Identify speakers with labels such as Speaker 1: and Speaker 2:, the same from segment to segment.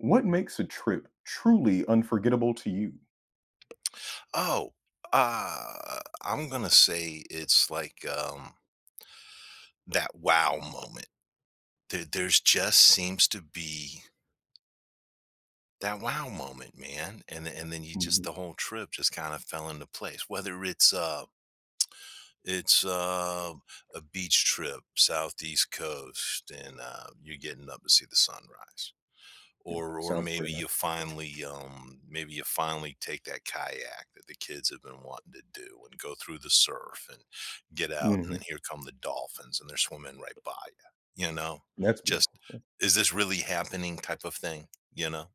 Speaker 1: What makes a trip truly unforgettable to you?
Speaker 2: Oh, I'm gonna say it's like that wow moment. There, there's just seems to be that wow moment, man, and then you just
Speaker 1: Mhm.
Speaker 2: the whole trip just kind of fell into place. Whether it's a beach trip, southeast coast, and you're getting up to see the sunrise. Or
Speaker 1: Sounds
Speaker 2: maybe
Speaker 1: pretty nice.
Speaker 2: you finally take that kayak that the kids have been wanting to do and go through the surf and get out, and then
Speaker 1: Mhm.
Speaker 2: here come the dolphins and they're swimming right by you, you know.
Speaker 1: That's
Speaker 2: Just,
Speaker 1: beautiful. Yeah,
Speaker 2: is this really happening type of thing, you know?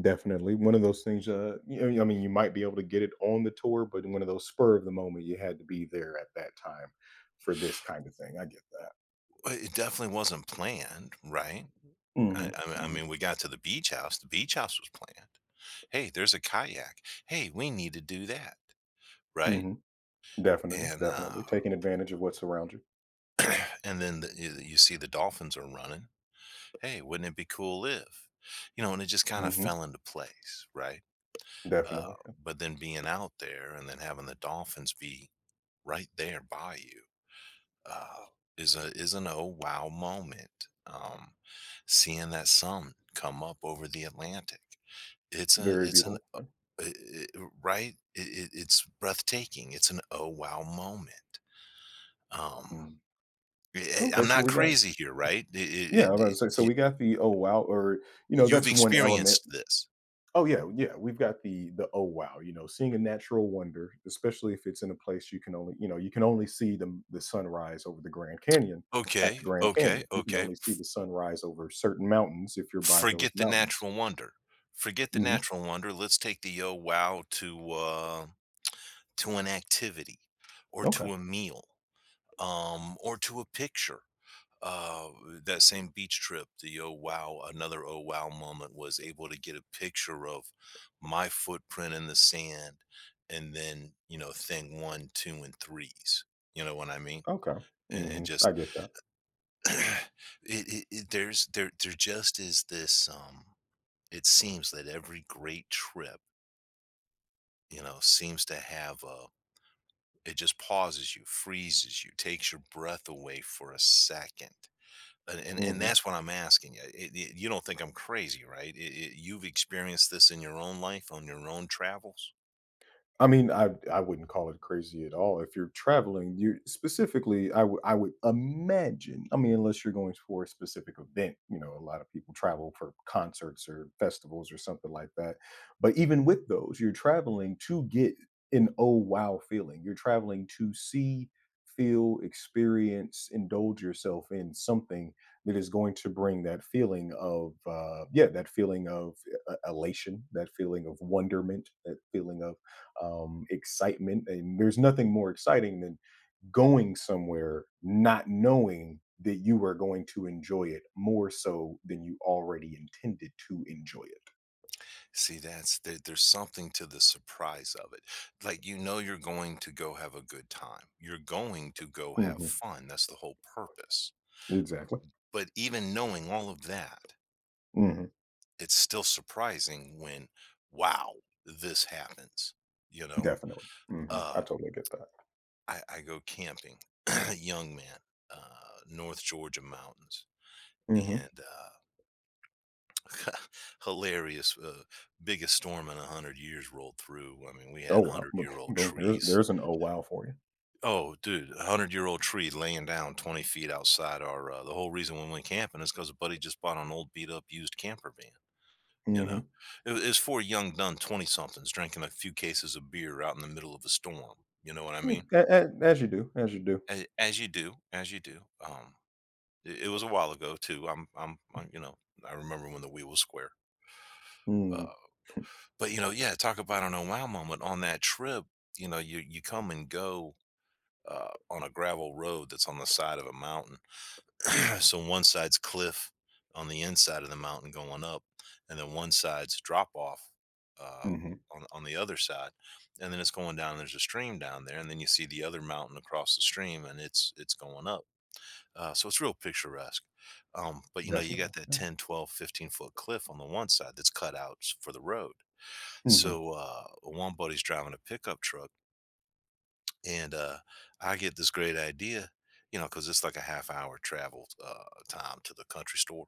Speaker 1: definitely. One of those things, you know, I mean, you might be able to get it on the tour, but one of those spur of the moment, you had to be there at that time for this kind of thing. I get that.
Speaker 2: Well, it definitely wasn't planned, right? I,
Speaker 1: Mhm,
Speaker 2: I mean- I
Speaker 1: mhm,
Speaker 2: mean, we got to the beach house. The beach house was planned. Hey, there's a kayak. Hey, we need to do that, right?
Speaker 1: mhm. Definitely,
Speaker 2: And
Speaker 1: definitely. Taking advantage of what's around you.
Speaker 2: and then you, you see the dolphins are running, hey, wouldn't it be cool if? You know, and it just kind of
Speaker 1: Mhm.
Speaker 2: fell into place, right? Uh,
Speaker 1: Definitely. Yeah.
Speaker 2: but then being out there and then having the dolphins be right there by you uh, is a is an oh wow moment. Seeing that sun come up over the Atlantic, it's a
Speaker 1: Very
Speaker 2: it's an
Speaker 1: beautiful. Yeah.
Speaker 2: I- I- right. It's breathtaking. It's an oh wow moment. Um,
Speaker 1: Mm.
Speaker 2: I
Speaker 1: Okay,
Speaker 2: am
Speaker 1: so
Speaker 2: not
Speaker 1: we got
Speaker 2: crazy here, right?
Speaker 1: yeah, I was about to say, so we got the, "Oh, wow," or, you know,
Speaker 2: You've
Speaker 1: that's one element.
Speaker 2: experienced this.
Speaker 1: Oh yeah, yeah. We've got the oh wow, you know, seeing a natural wonder, especially if it's in a place you can only, you know, you can only see the sunrise over the Grand Canyon at
Speaker 2: Okay,
Speaker 1: the Grand
Speaker 2: okay,
Speaker 1: Canyon. You can
Speaker 2: okay.
Speaker 1: only see
Speaker 2: F
Speaker 1: the sunrise over certain mountains if you're by those
Speaker 2: forget the
Speaker 1: mountains.
Speaker 2: natural wonder. Forget the
Speaker 1: Hmm.
Speaker 2: natural wonder, let's take the, wow to an activity or
Speaker 1: Okay,
Speaker 2: to a meal, or to a picture. Uh, that same beach trip, the, "Oh, wow," another "Oh, wow" moment was able to get a picture of my footprint in the sand, and then, you know, thing 1, 2, and 3s. You know what I mean?
Speaker 1: okay.
Speaker 2: And
Speaker 1: Hmm, I
Speaker 2: just
Speaker 1: get that.
Speaker 2: it, it there's there there just is this it seems that every great trip, you know, seems to have a, it just pauses you, freezes you, takes your breath away for a second. And
Speaker 1: Hmm.
Speaker 2: that's what I'm asking you. You don't think I'm crazy, right? You've experienced this in your own life on your own travels.
Speaker 1: I mean, I wouldn't call it crazy at all. If you're traveling, you specifically, I would imagine. I mean, unless you're going for a specific event, you know, a lot of people travel for concerts or festivals or something like that. But even with those, you're traveling to get an oh wow feeling. You're traveling to see, feel, experience, indulge yourself in something that is going to bring that feeling of yeah, that feeling of elation, that feeling of wonderment, that feeling of excitement. And there's nothing more exciting than going somewhere not knowing that you are going to enjoy it more so than you already intended to enjoy it.
Speaker 2: See, that's there, there's something to the surprise of it. Like, you know, you're going to go have a good time, you're going to go have
Speaker 1: Hmm.
Speaker 2: fun, that's the whole purpose.
Speaker 1: Exactly.
Speaker 2: But even knowing all of that,
Speaker 1: Hmm.
Speaker 2: it's still surprising when, wow, this happens. You know,
Speaker 1: Definitely. Hmm,
Speaker 2: uh,
Speaker 1: I totally get that.
Speaker 2: I go camping, young man, North Georgia mountains,
Speaker 1: Hmm.
Speaker 2: and hilarious, biggest storm in a 100 years rolled through. I mean, we
Speaker 1: Oh
Speaker 2: had
Speaker 1: wow.
Speaker 2: hundred
Speaker 1: Boom.
Speaker 2: year old
Speaker 1: Boom.
Speaker 2: trees.
Speaker 1: There's an oh wow for you.
Speaker 2: Oh, dude, a 100 year old tree laying down 20 feet outside our. The whole reason we went camping is because a buddy just bought an old beat up used camper van. You know,
Speaker 1: Hmm.
Speaker 2: it was four young done 20 somethings drinking a few cases of beer out in the middle of a storm. You know what I
Speaker 1: Yeah,
Speaker 2: mean?
Speaker 1: as you do, as you do.
Speaker 2: As you do, as you do. It, it was a while ago too. You know, I remember when the wheel was square. Uh,
Speaker 1: Mm-hmm.
Speaker 2: but you know, yeah, talk about an oh wow moment on that trip. You know, you come and go on a gravel road that's on the side of a mountain, so one side's cliff on the inside of the mountain going up, and then one side's drop off, uh,
Speaker 1: Mm-hmm.
Speaker 2: on the other side, and then it's going down. There's a stream down there, and then you see the other mountain across the stream, and it's going up. So it's real picturesque. But you know, you got
Speaker 1: Definitely.
Speaker 2: that 10, 12, 15 foot cliff on the one side that's cut out s- for the road.
Speaker 1: Hmm.
Speaker 2: So one buddy's driving a pickup truck, and, I get this great idea, you know, because it's like a half hour travel, time to the country store.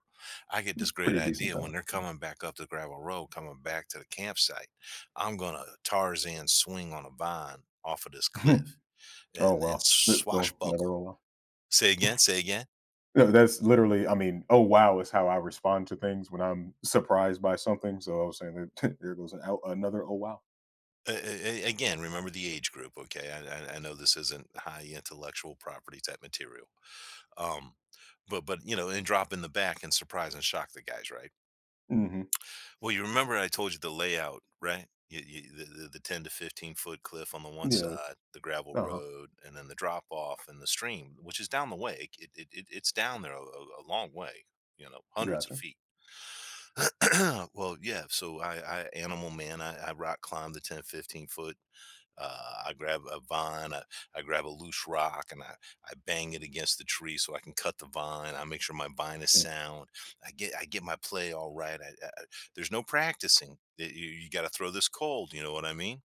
Speaker 2: I get this great
Speaker 1: Pretty decent
Speaker 2: idea when
Speaker 1: time.
Speaker 2: they're coming back up the gravel road, coming back to the campsite, I'm gonna Tarzan swing on a vine off of this cliff
Speaker 1: Oh
Speaker 2: and
Speaker 1: well. Boom. Another
Speaker 2: swashbuckle.
Speaker 1: oh wow.
Speaker 2: Say again, say again.
Speaker 1: No, that's literally, I mean, "Oh, wow," is how I respond to things when I'm surprised by something, so I was saying that there goes an out another, "Oh, wow."
Speaker 2: A again, remember the age group, okay? I know this isn't high intellectual property type material. Um, but you know, and drop in the back and surprise and shock the guys, right?
Speaker 1: Mhm.
Speaker 2: Well, you remember I told you the layout, right? The 10 to 15 foot cliff on the one
Speaker 1: Yeah.
Speaker 2: side, the gravel
Speaker 1: Uh-huh.
Speaker 2: road, and then the drop off and the stream, which is down the way. It's down there a long way, you know, hundreds of
Speaker 1: Gotcha.
Speaker 2: feet. Well, yeah. So I animal man, I rock climbed the 10, 15 foot, I grab a vine, I grab a loose rock, and I bang it against the tree so I can cut the vine. I make sure my vine is
Speaker 1: Hmm.
Speaker 2: sound. I get my play all right. There's no practicing. You got to throw this cold. You know what I mean?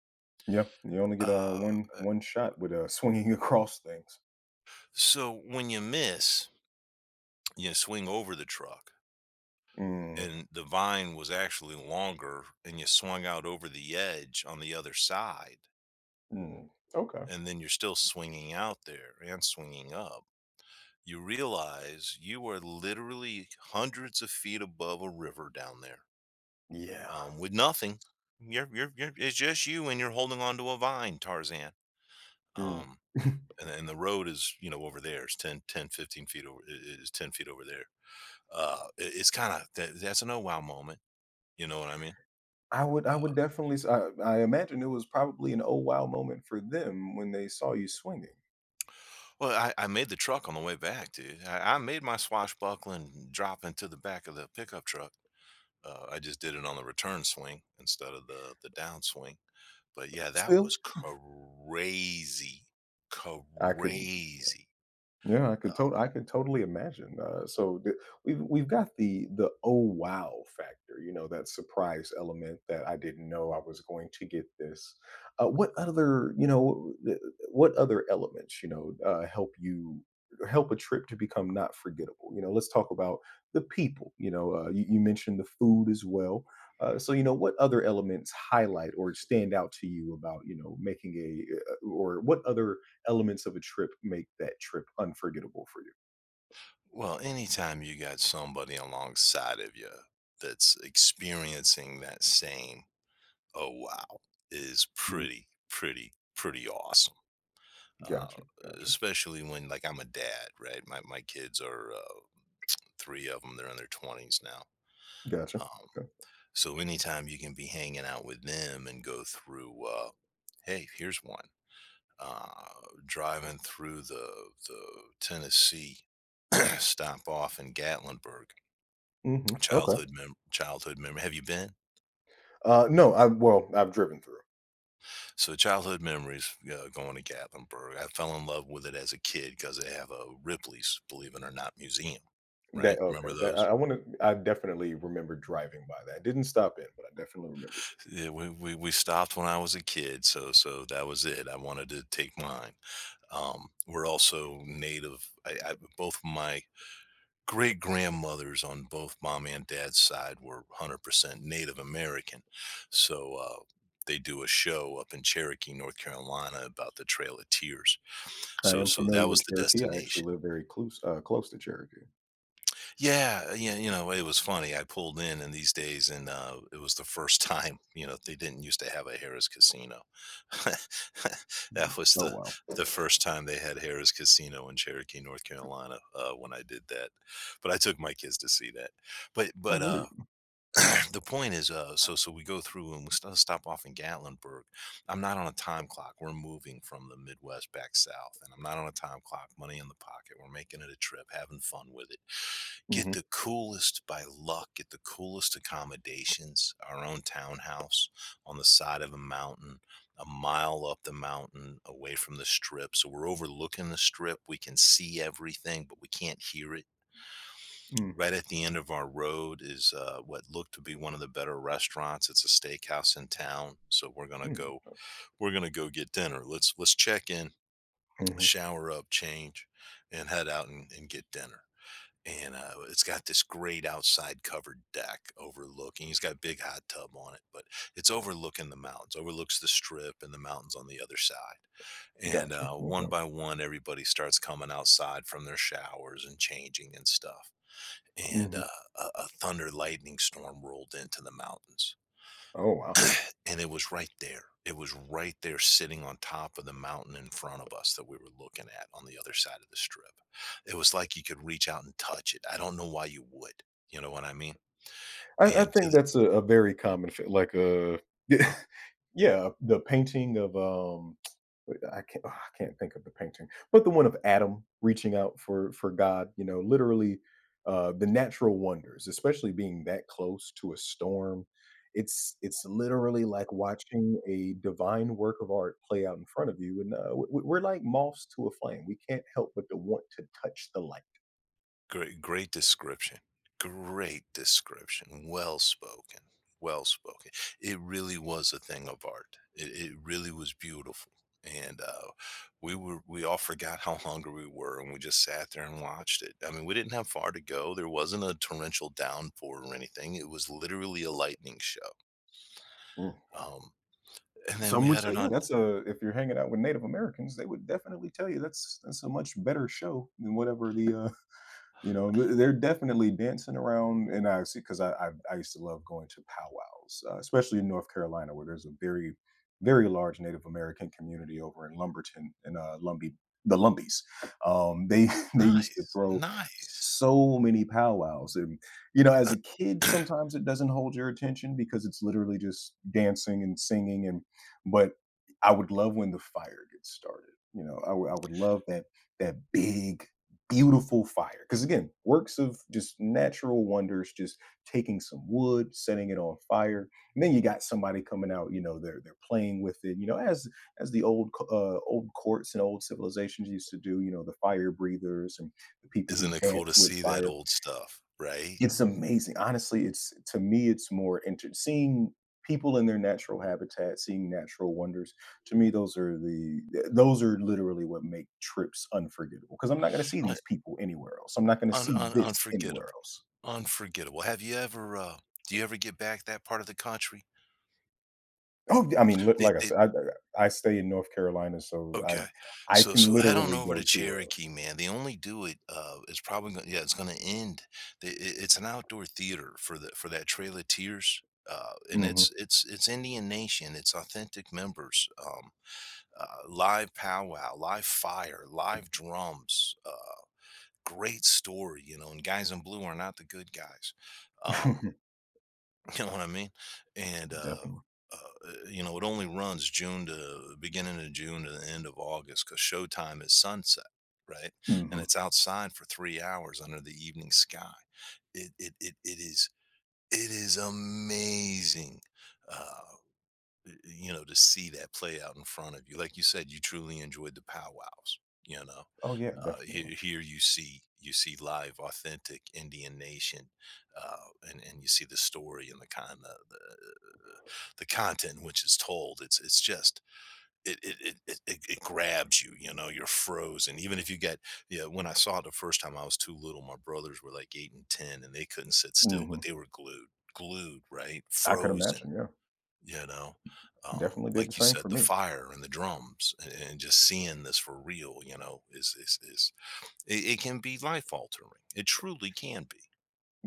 Speaker 1: Yeah, you only get, a
Speaker 2: Uh,
Speaker 1: one
Speaker 2: uh,
Speaker 1: one shot with, swinging across things.
Speaker 2: so when you miss, you swing over the truck,
Speaker 1: Mm,
Speaker 2: and the vine was actually longer, and you swung out over the edge on the other side,
Speaker 1: mm. Okay.
Speaker 2: and then you're still swinging out there and swinging up. You realize you are literally hundreds of feet above a river down there,
Speaker 1: Yeah.
Speaker 2: with nothing. You're, it's just you and you're holding on to a vine, Tarzan.
Speaker 1: Mm.
Speaker 2: Um, and, the road is, you know, over there. It's ten, 15 feet over, is 10 feet over there. It- it's kind of, that's an oh wow moment. You know what I mean? Uh,
Speaker 1: I would definitely s I imagine it was probably an "Oh, wow" moment for them when they saw you swinging.
Speaker 2: well, I made the truck on the way back, dude. I made my swashbuckling drop into the back of the pickup truck. I just did it on the return swing instead of the downswing. But yeah, that
Speaker 1: Still,
Speaker 2: was crazy,
Speaker 1: I could,
Speaker 2: crazy.
Speaker 1: yeah,
Speaker 2: Uh,
Speaker 1: I could totally imagine. So we've got the oh wow factor, you know, that surprise element that I didn't know I was going to get this. What other, you know, what other elements, you know, help you help a trip to become not forgettable? You know, let's talk about the people. You know, you mentioned the food as well. So you know, what other elements highlight or stand out to you about you know making a or what other elements of a trip make that trip unforgettable for you.
Speaker 2: Well, anytime you got somebody alongside of you that's experiencing that same oh, wow, is
Speaker 1: Mm.
Speaker 2: pretty, pretty, pretty awesome. Uh,
Speaker 1: Gotcha, gotcha,
Speaker 2: Especially when like I'm a dad, right? My kids are three of them. They're in their twenties now.
Speaker 1: gotcha.
Speaker 2: Um,
Speaker 1: Okay.
Speaker 2: so anytime you can be hanging out with them and go through, hey, here's one. Uh, Driving through the Tennessee, stop off in Gatlinburg.
Speaker 1: Mhm. Okay.
Speaker 2: Childhood memory. Have you been?
Speaker 1: No, I well, I've driven through.
Speaker 2: So childhood memories, going to Gatlinburg. I fell in love with it as a kid because they have a Ripley's, believe it or not, museum. Right?
Speaker 1: That, okay.
Speaker 2: Remember
Speaker 1: That
Speaker 2: those?
Speaker 1: I want to. I definitely remember driving by that. Didn't stop in, but I definitely remember seeing
Speaker 2: Yeah, we stopped when I was a kid, so so that was it. I wanted to take mine. We're also native. I both my great grandmothers on both mom and dad's side were 100% Native American, so they do a show up in Cherokee, North Carolina, about the Trail of Tears.
Speaker 1: it. I
Speaker 2: So
Speaker 1: am
Speaker 2: so
Speaker 1: familiar
Speaker 2: that was
Speaker 1: with
Speaker 2: the
Speaker 1: Cherokee. I actually
Speaker 2: destination.
Speaker 1: live very close, close to Cherokee.
Speaker 2: Yeah, yeah, you know, it was funny. I pulled in these days, and uh, it was the first time, you know, they didn't used to have a Harris Casino. That was
Speaker 1: Oh
Speaker 2: the
Speaker 1: wow.
Speaker 2: the first time they had Harris Casino in Cherokee, North Carolina, when I did that. But I took my kids to see that.
Speaker 1: Oh,
Speaker 2: But
Speaker 1: there you
Speaker 2: the point is, so so we go through and we stop off in Gatlinburg. I'm not on a time clock. We're moving from the Midwest back south, and I'm not on a time clock. Money in the pocket. We're making it a trip, having fun with it.
Speaker 1: go.
Speaker 2: Get
Speaker 1: Hmm.
Speaker 2: the coolest by luck, get the coolest accommodations, our own townhouse on the side of a mountain, a mile up the mountain away from the strip, so we're overlooking the strip, we can see everything, but we can't hear it. Right at the end of our road is, what looked to be one of the better restaurants, it's a steakhouse in town, so we're gonna go,
Speaker 1: Mm-hmm.
Speaker 2: get dinner, let's check in,
Speaker 1: Hmm.
Speaker 2: shower up, change, and head out, and get dinner. And it's got this great outside covered deck overlooking. He's got a big hot tub on it, but it's overlooking the mountains, overlooks the strip and the mountains on the other side. And
Speaker 1: Gotcha.
Speaker 2: one
Speaker 1: Okay.
Speaker 2: by one, everybody starts coming outside from their showers and changing and stuff. And
Speaker 1: Hmm.
Speaker 2: a thunder lightning storm rolled into the mountains.
Speaker 1: Oh wow.
Speaker 2: And it was right there. It was right there sitting on top of the mountain in front of us that we were looking at on the other side of the strip. It was like you could reach out and touch it. I don't know why you would. You know what I mean?
Speaker 1: I
Speaker 2: And to
Speaker 1: think
Speaker 2: the,
Speaker 1: that's a very common, like a yeah, the painting of wait, I can't think of the painting, but the one of Adam reaching out for God. You know, literally the natural wonders, especially being that close to a storm. It's literally like watching a divine work of art play out in front of you, and we're like moths to a flame. We can't help but to want to touch the light.
Speaker 2: great great description. Great description. Well spoken. Well spoken. It really was a thing of art. It really was beautiful. And we all forgot how hungry we were, and we just sat there and watched it. I mean, we didn't have far to go. There wasn't a torrential downpour or anything. It was literally a lightning show.
Speaker 1: Mm, wow.
Speaker 2: Um, and then we
Speaker 1: Some would
Speaker 2: had it
Speaker 1: say, yeah,
Speaker 2: on.
Speaker 1: that's a if you're hanging out with Native Americans, they would definitely tell you that's a much better show than whatever the, you know, they're definitely dancing around, and I see because I, I used to love going to powwows, especially in North Carolina, where there's a very very large Native American community over in Lumberton and Lumbee, the Lumbees. They they used to
Speaker 2: Nice,
Speaker 1: throw
Speaker 2: nice.
Speaker 1: so many powwows, and you know, as a kid, sometimes it doesn't hold your attention because it's literally just dancing and singing, and but I would love when the fire gets started. You know, I would love that that big beautiful fire. Because again, works of just natural wonders, just taking some wood, setting it on fire, and then you got somebody coming out. You know, they're playing with it. You know, as the old old courts and old civilizations used to do. You know, the fire breathers and the people
Speaker 2: Isn't
Speaker 1: who
Speaker 2: it cool
Speaker 1: dance
Speaker 2: to
Speaker 1: with
Speaker 2: see that
Speaker 1: fire,
Speaker 2: old stuff, right?
Speaker 1: it's amazing. Honestly, it's to me, it's more inter seeing people in their natural habitat, seeing natural wonders, to me, those are the th those are literally what make trips unforgettable. Because 'cause I'm not gonna see
Speaker 2: Un,
Speaker 1: these people anywhere else. I'm not gonna see this
Speaker 2: Unforgettable.
Speaker 1: anywhere else.
Speaker 2: Unforgettable. Have you ever, do you ever get back that part of the country?
Speaker 1: Oh, I mean, look,
Speaker 2: They
Speaker 1: like I
Speaker 2: they
Speaker 1: said, I stay in North Carolina, so I
Speaker 2: okay.
Speaker 1: I
Speaker 2: So
Speaker 1: can
Speaker 2: so head on
Speaker 1: literally
Speaker 2: over
Speaker 1: go
Speaker 2: to
Speaker 1: to
Speaker 2: Cherokee, man. They only do it, it's probably gonna, yeah, it's gonna end. The I It's an outdoor theater for the for that Trail of Tears,
Speaker 1: a
Speaker 2: and
Speaker 1: mhm.
Speaker 2: it's Indian Nation. It's authentic members, live powwow, live fire, live drums, great story, you know, and Guys in Blue are not the good guys. Um You know what I mean? And
Speaker 1: Definitely.
Speaker 2: you know, it only runs June to beginning of June to the end of August because showtime is sunset, right? And
Speaker 1: Mhm.
Speaker 2: it's outside for 3 hours under the evening sky. It it it, it is it is amazing. Uh, you know, to see that play out in front of you. Like you said, you truly enjoyed the powwows. You know,
Speaker 1: Oh, yeah, definitely.
Speaker 2: here you see live, authentic Indian nation, and you see the story and the kind of the content in which is told. It's just it grabs you. You know, you're frozen. Even if you get, yeah. When I saw it the first time, I was too little. My brothers were like 8 and 10, and they couldn't sit still, but
Speaker 1: Mhm.
Speaker 2: they were glued, glued, right,
Speaker 1: I could
Speaker 2: frozen.
Speaker 1: imagine, yeah.
Speaker 2: You know,
Speaker 1: Definitely did the
Speaker 2: like you
Speaker 1: same for
Speaker 2: said, the
Speaker 1: me.
Speaker 2: fire and the drums, and, just seeing this for real. You know, is it can be life altering. It truly can be.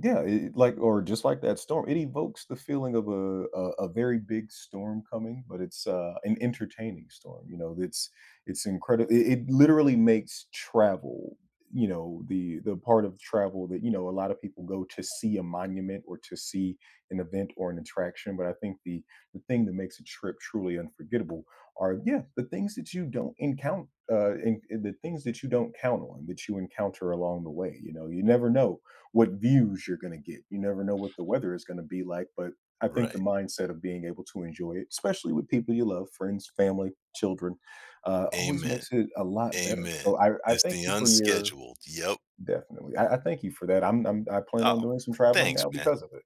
Speaker 1: Yeah, it, like or just like that storm, it evokes the feeling of a very big storm coming, but it's an entertaining storm. You know, it's incredible. It literally makes travel. You know, the part of travel that you know a lot of people go to see a monument or to see an event or an attraction. But I think the thing that makes a trip truly unforgettable are yeah the things that you don't encounter. And the things that you don't count on that you encounter along the way you know you never know what views you're going to get. You never know what the weather is going to be like, but I think the
Speaker 2: Right.
Speaker 1: mindset of being able to enjoy it, especially with people you love, friends, family, children, always
Speaker 2: Amen.
Speaker 1: makes it a lot better.
Speaker 2: Amen.
Speaker 1: So I
Speaker 2: It's
Speaker 1: thank
Speaker 2: the
Speaker 1: you for your
Speaker 2: unscheduled. Yep.
Speaker 1: definitely. I thank you for that. I'm I plan on
Speaker 2: Oh,
Speaker 1: doing some traveling
Speaker 2: thanks,
Speaker 1: now
Speaker 2: man.
Speaker 1: because of it.